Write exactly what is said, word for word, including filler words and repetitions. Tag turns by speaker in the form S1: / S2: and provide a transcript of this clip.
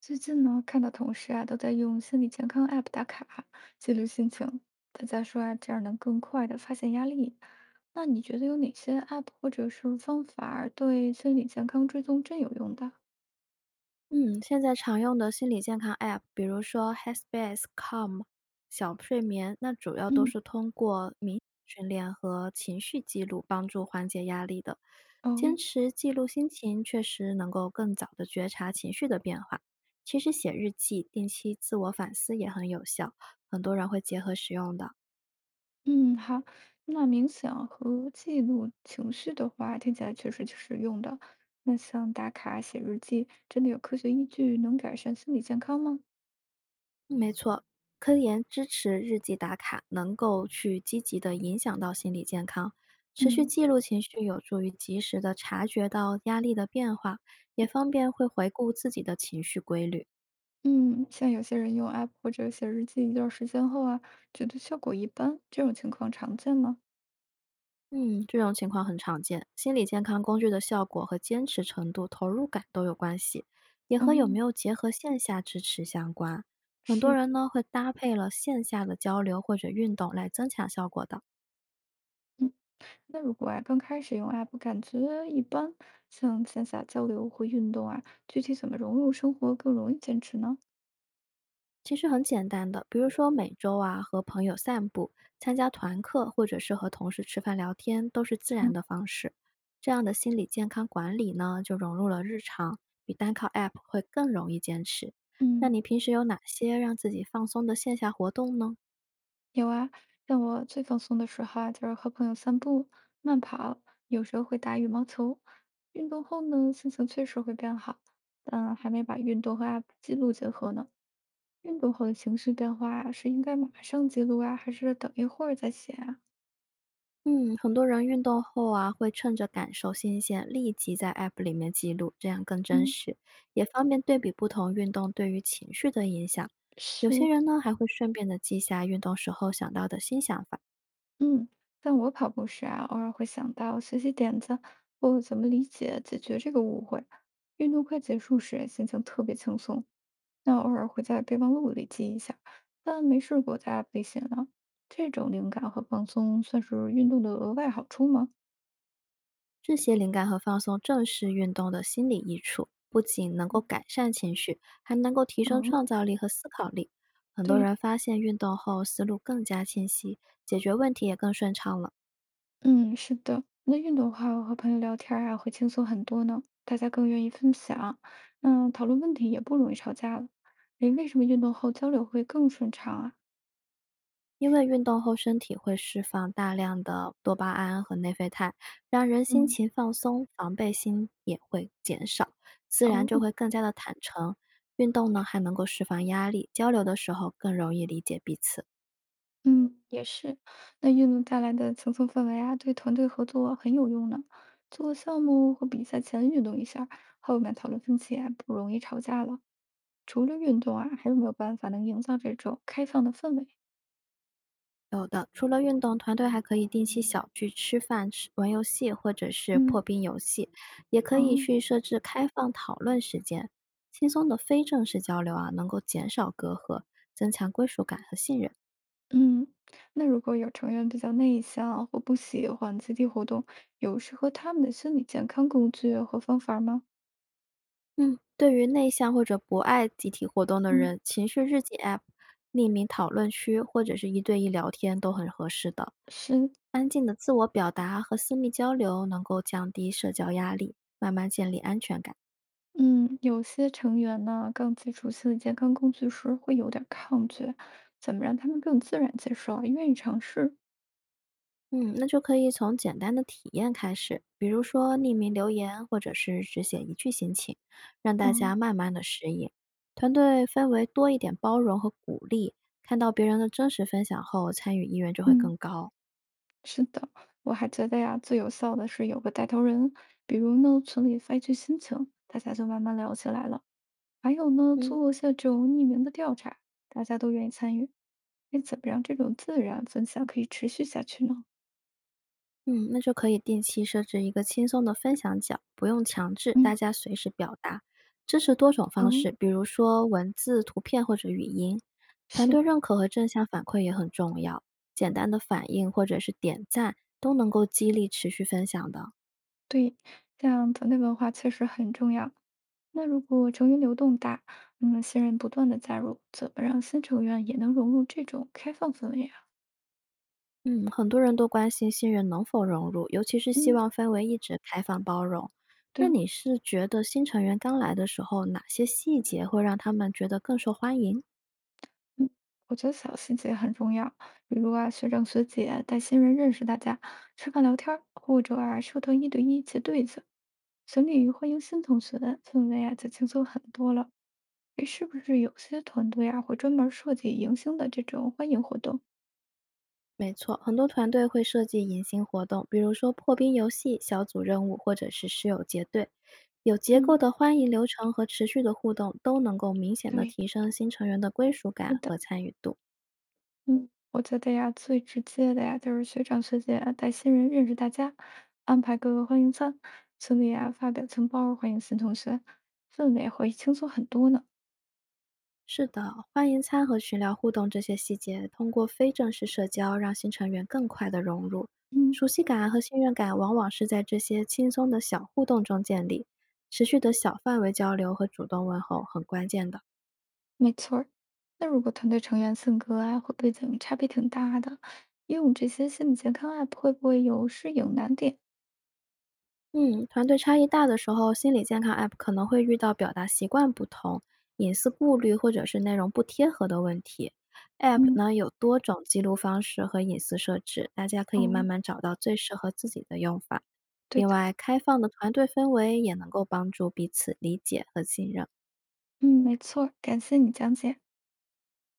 S1: 最近呢，看到同事啊都在用心理健康 App 打卡，记录心情。大家说啊，这样能更快的发现压力。那你觉得有哪些 App 或者是方法儿对心理健康追踪真有用的？
S2: 嗯，现在常用的心理健康 App，比如说 Headspace、Calm、小睡眠，那主要都
S1: 嗯
S2: 是通过冥想训练和情绪记录帮助缓解压力的。坚
S1: 哦，
S2: 持记录心情，确实能够更早的觉察情绪的变化。其实写日记、定期自我反思也很有效，很多人会结合使用的。
S1: 嗯，好。那冥想和记录情绪的话，听起来确实挺实用的。那像打卡、写日记，真的有科学依据能改善心理健康吗？
S2: 没错，科研支持日记打卡，能够去积极的影响到心理健康。持续
S1: 嗯。
S2: 记录情绪有助于及时的察觉到压力的变化，也方便会回顾自己的情绪规律。
S1: 嗯，像有些人用 App 或者写日记一段时间后啊，觉得效果一般，这种情况常见吗？
S2: 嗯，这种情况很常见。心理健康工具的效果和坚持程度、投入感都有关系，也
S1: 哦，
S2: 和有没有结合线下支持相关。很多
S1: 是，
S2: 人呢会搭配了线下的交流或者运动来增强效果的。
S1: 嗯，那如果啊刚开始用 App 感觉一般，像线下交流或运动啊，具体怎么融入生活更容易坚持呢？
S2: 其实很简单的，比如说每周啊和朋友散步、参加团课，或者是和同事吃饭聊天，都是自然
S1: 嗯
S2: 的方式。这样的心理健康管理呢，就融入了日常，比单靠 App 会更容易坚持。那
S1: 嗯，
S2: 你平时有哪些让自己放松的线下活动呢？
S1: 有啊，像我最放松的时候啊，就是和朋友散步、慢跑，有时候会打羽毛球。运动后呢，心情确实会变好，但还没把运动和 App 记录结合呢。运动后的情绪变化啊是应该马上记录啊，还是等一会儿再写啊？
S2: 嗯，很多人运动后啊，会趁着感受新鲜，立即在 App 里面记录，这样更真
S1: 嗯，
S2: 实，也方便对比不同运动对于情绪的影响。有些
S1: 是，
S2: 人呢，还会顺便的记下运动时候想到的新想法，
S1: 嗯，但我跑步时啊，偶尔会想到学习点子或怎么理解解决这个误会。运动快结束时，心情特别轻松，那偶尔会在备忘录里记一下，但没试过在 app 里写呢。这种灵感和放松算是运动的额外好处吗？
S2: 这些灵感和放松正是运动的心理益处，不仅能够
S1: 嗯
S2: 改善情绪，还能够提
S1: 哦，
S2: 升创
S1: 嗯，
S2: 造力和思考力。很多
S1: 对，
S2: 人发现运动后思路更加清晰，解决问题也更顺畅了。
S1: 嗯，是的，那运动的话，我和朋友聊天儿啊，会轻松很多呢，大家更愿意分享，嗯，讨论问题也不容易吵架了。诶，为什么运动后交流会更顺畅啊？
S2: 因为运动后身体会释放大量的多巴胺和内啡肽，让人心
S1: 嗯，
S2: 情放松，防备心也会减少，自然
S1: 哦，
S2: 就会更加的坦诚。运动呢，还能够释放压力，交流的时候更容易理解彼此。
S1: 嗯，也是。那运动带来的轻松氛围啊，对团队合作很有用呢。做项目或比赛前运动一下儿，后面讨论分歧啊，不容易吵架了。除了运动啊，还有没有办法能营造这种开放的氛围？
S2: 有的，除了运动，团队还可以定期小聚吃饭、吃玩游戏或者是
S1: 嗯，
S2: 破冰游戏，也可以
S1: 哦。
S2: 去设置开放讨论时间。轻松的非正式交流啊，能够减少隔阂，增强归属感和信任。
S1: 嗯，那如果有成员比较内向或不喜欢集体活动，有适合他们的心理健康工具和方法吗？
S2: 嗯，对于内向或者不爱集体活动的
S1: 嗯，
S2: 人，情绪日记 App、匿名讨论区或者是一对一聊天都很合适的。
S1: 是，
S2: 安静的自我表达和私密交流能够降低社交压力，慢慢建立安全感。
S1: 嗯，有些成员呢，刚接触心理健康工具时会有点儿抗拒，怎么让他们更自然接受啊，愿意尝试？
S2: 嗯，那就可以从简单的体验开始，比如说匿名留言，或者是只写一句心情，让大家
S1: 嗯，
S2: 慢慢的适应。团队氛围多一点包容和鼓励，看到别人的真实分享后，参与意愿就会
S1: 嗯，
S2: 更高。
S1: 是的，我还觉得呀，最有效的是有个带头人，比如呢，群里发一句心情，大家就慢慢聊起来了。还有呢，
S2: 嗯。
S1: 做一下这种匿名的调查，大家都愿意参与。那怎么让这种自然分享可以持续下去呢？
S2: 嗯，那就可以定期设置一个轻松的分享角，不用强制，大
S1: 嗯，
S2: 家随时表达，支持多种
S1: 哦，
S2: 方式，比如说文字、图片或者语音。团
S1: 是，
S2: 队认可和正向反馈也很重要，简单的反应或者是点赞都能够激励持续分享的。
S1: 对，像团队文化确实很重要。那如果成员流动大，那么新人不断的加入，怎么让新成员也能融入这种开放氛围啊？
S2: 嗯，很多人都关心新人能否融入，尤其是希
S1: 嗯，
S2: 望氛围一直开放包容。那
S1: 对，
S2: 你是觉得新成员刚来的时候，哪些细节会让他们觉得更受欢迎？
S1: 嗯，我觉得小细节很重要，比如啊，学长学姐带新人认识大家，吃饭聊天儿，或者啊，社团一对一结对子，群里欢迎新同学，氛围啊就轻松很多了。诶，是不是有些团队啊，会专门儿设计迎新的这种欢迎活动？
S2: 没错，很多团队会设计迎新活动，比如说破冰游戏、小组任务，或者是室友结对。有结构
S1: 嗯，
S2: 的欢迎流程和持续的互动，都能够明显的
S1: 对，
S2: 提升新成员的归属
S1: 是
S2: 感和
S1: 的，
S2: 参与度。
S1: 嗯，我觉得呀，最直接的呀，就是学长学姐啊带新人认识大家，安排各个欢迎餐，群里啊发表情包儿欢迎新同学，氛围会轻松很多呢。
S2: 是的，欢迎餐和群聊互动这些细节，通过非正式社交让新成员更快的融入，
S1: 嗯，
S2: 熟悉感和信任感往往是在这些轻松的小互动中建立。持续的小范围交流和主动问候很关键的。
S1: 没错儿。那如果团队成员性格啊或背景差别挺大的，用这些心理健康 app 会不会有适应难点？
S2: 嗯，团队差异大的时候，心理健康 App 可能会遇到表达习惯不同、隐私顾虑或者是内容不贴合的问题。App
S1: 嗯，
S2: 呢有多种记录方式和隐私设置，大家可以慢
S1: 哦，
S2: 慢找到最适合自己的用法。
S1: 对
S2: 另
S1: 的，
S2: 外，开放的团队氛围也能够帮助彼此理解和信任。
S1: 嗯，没错儿，感谢你讲解。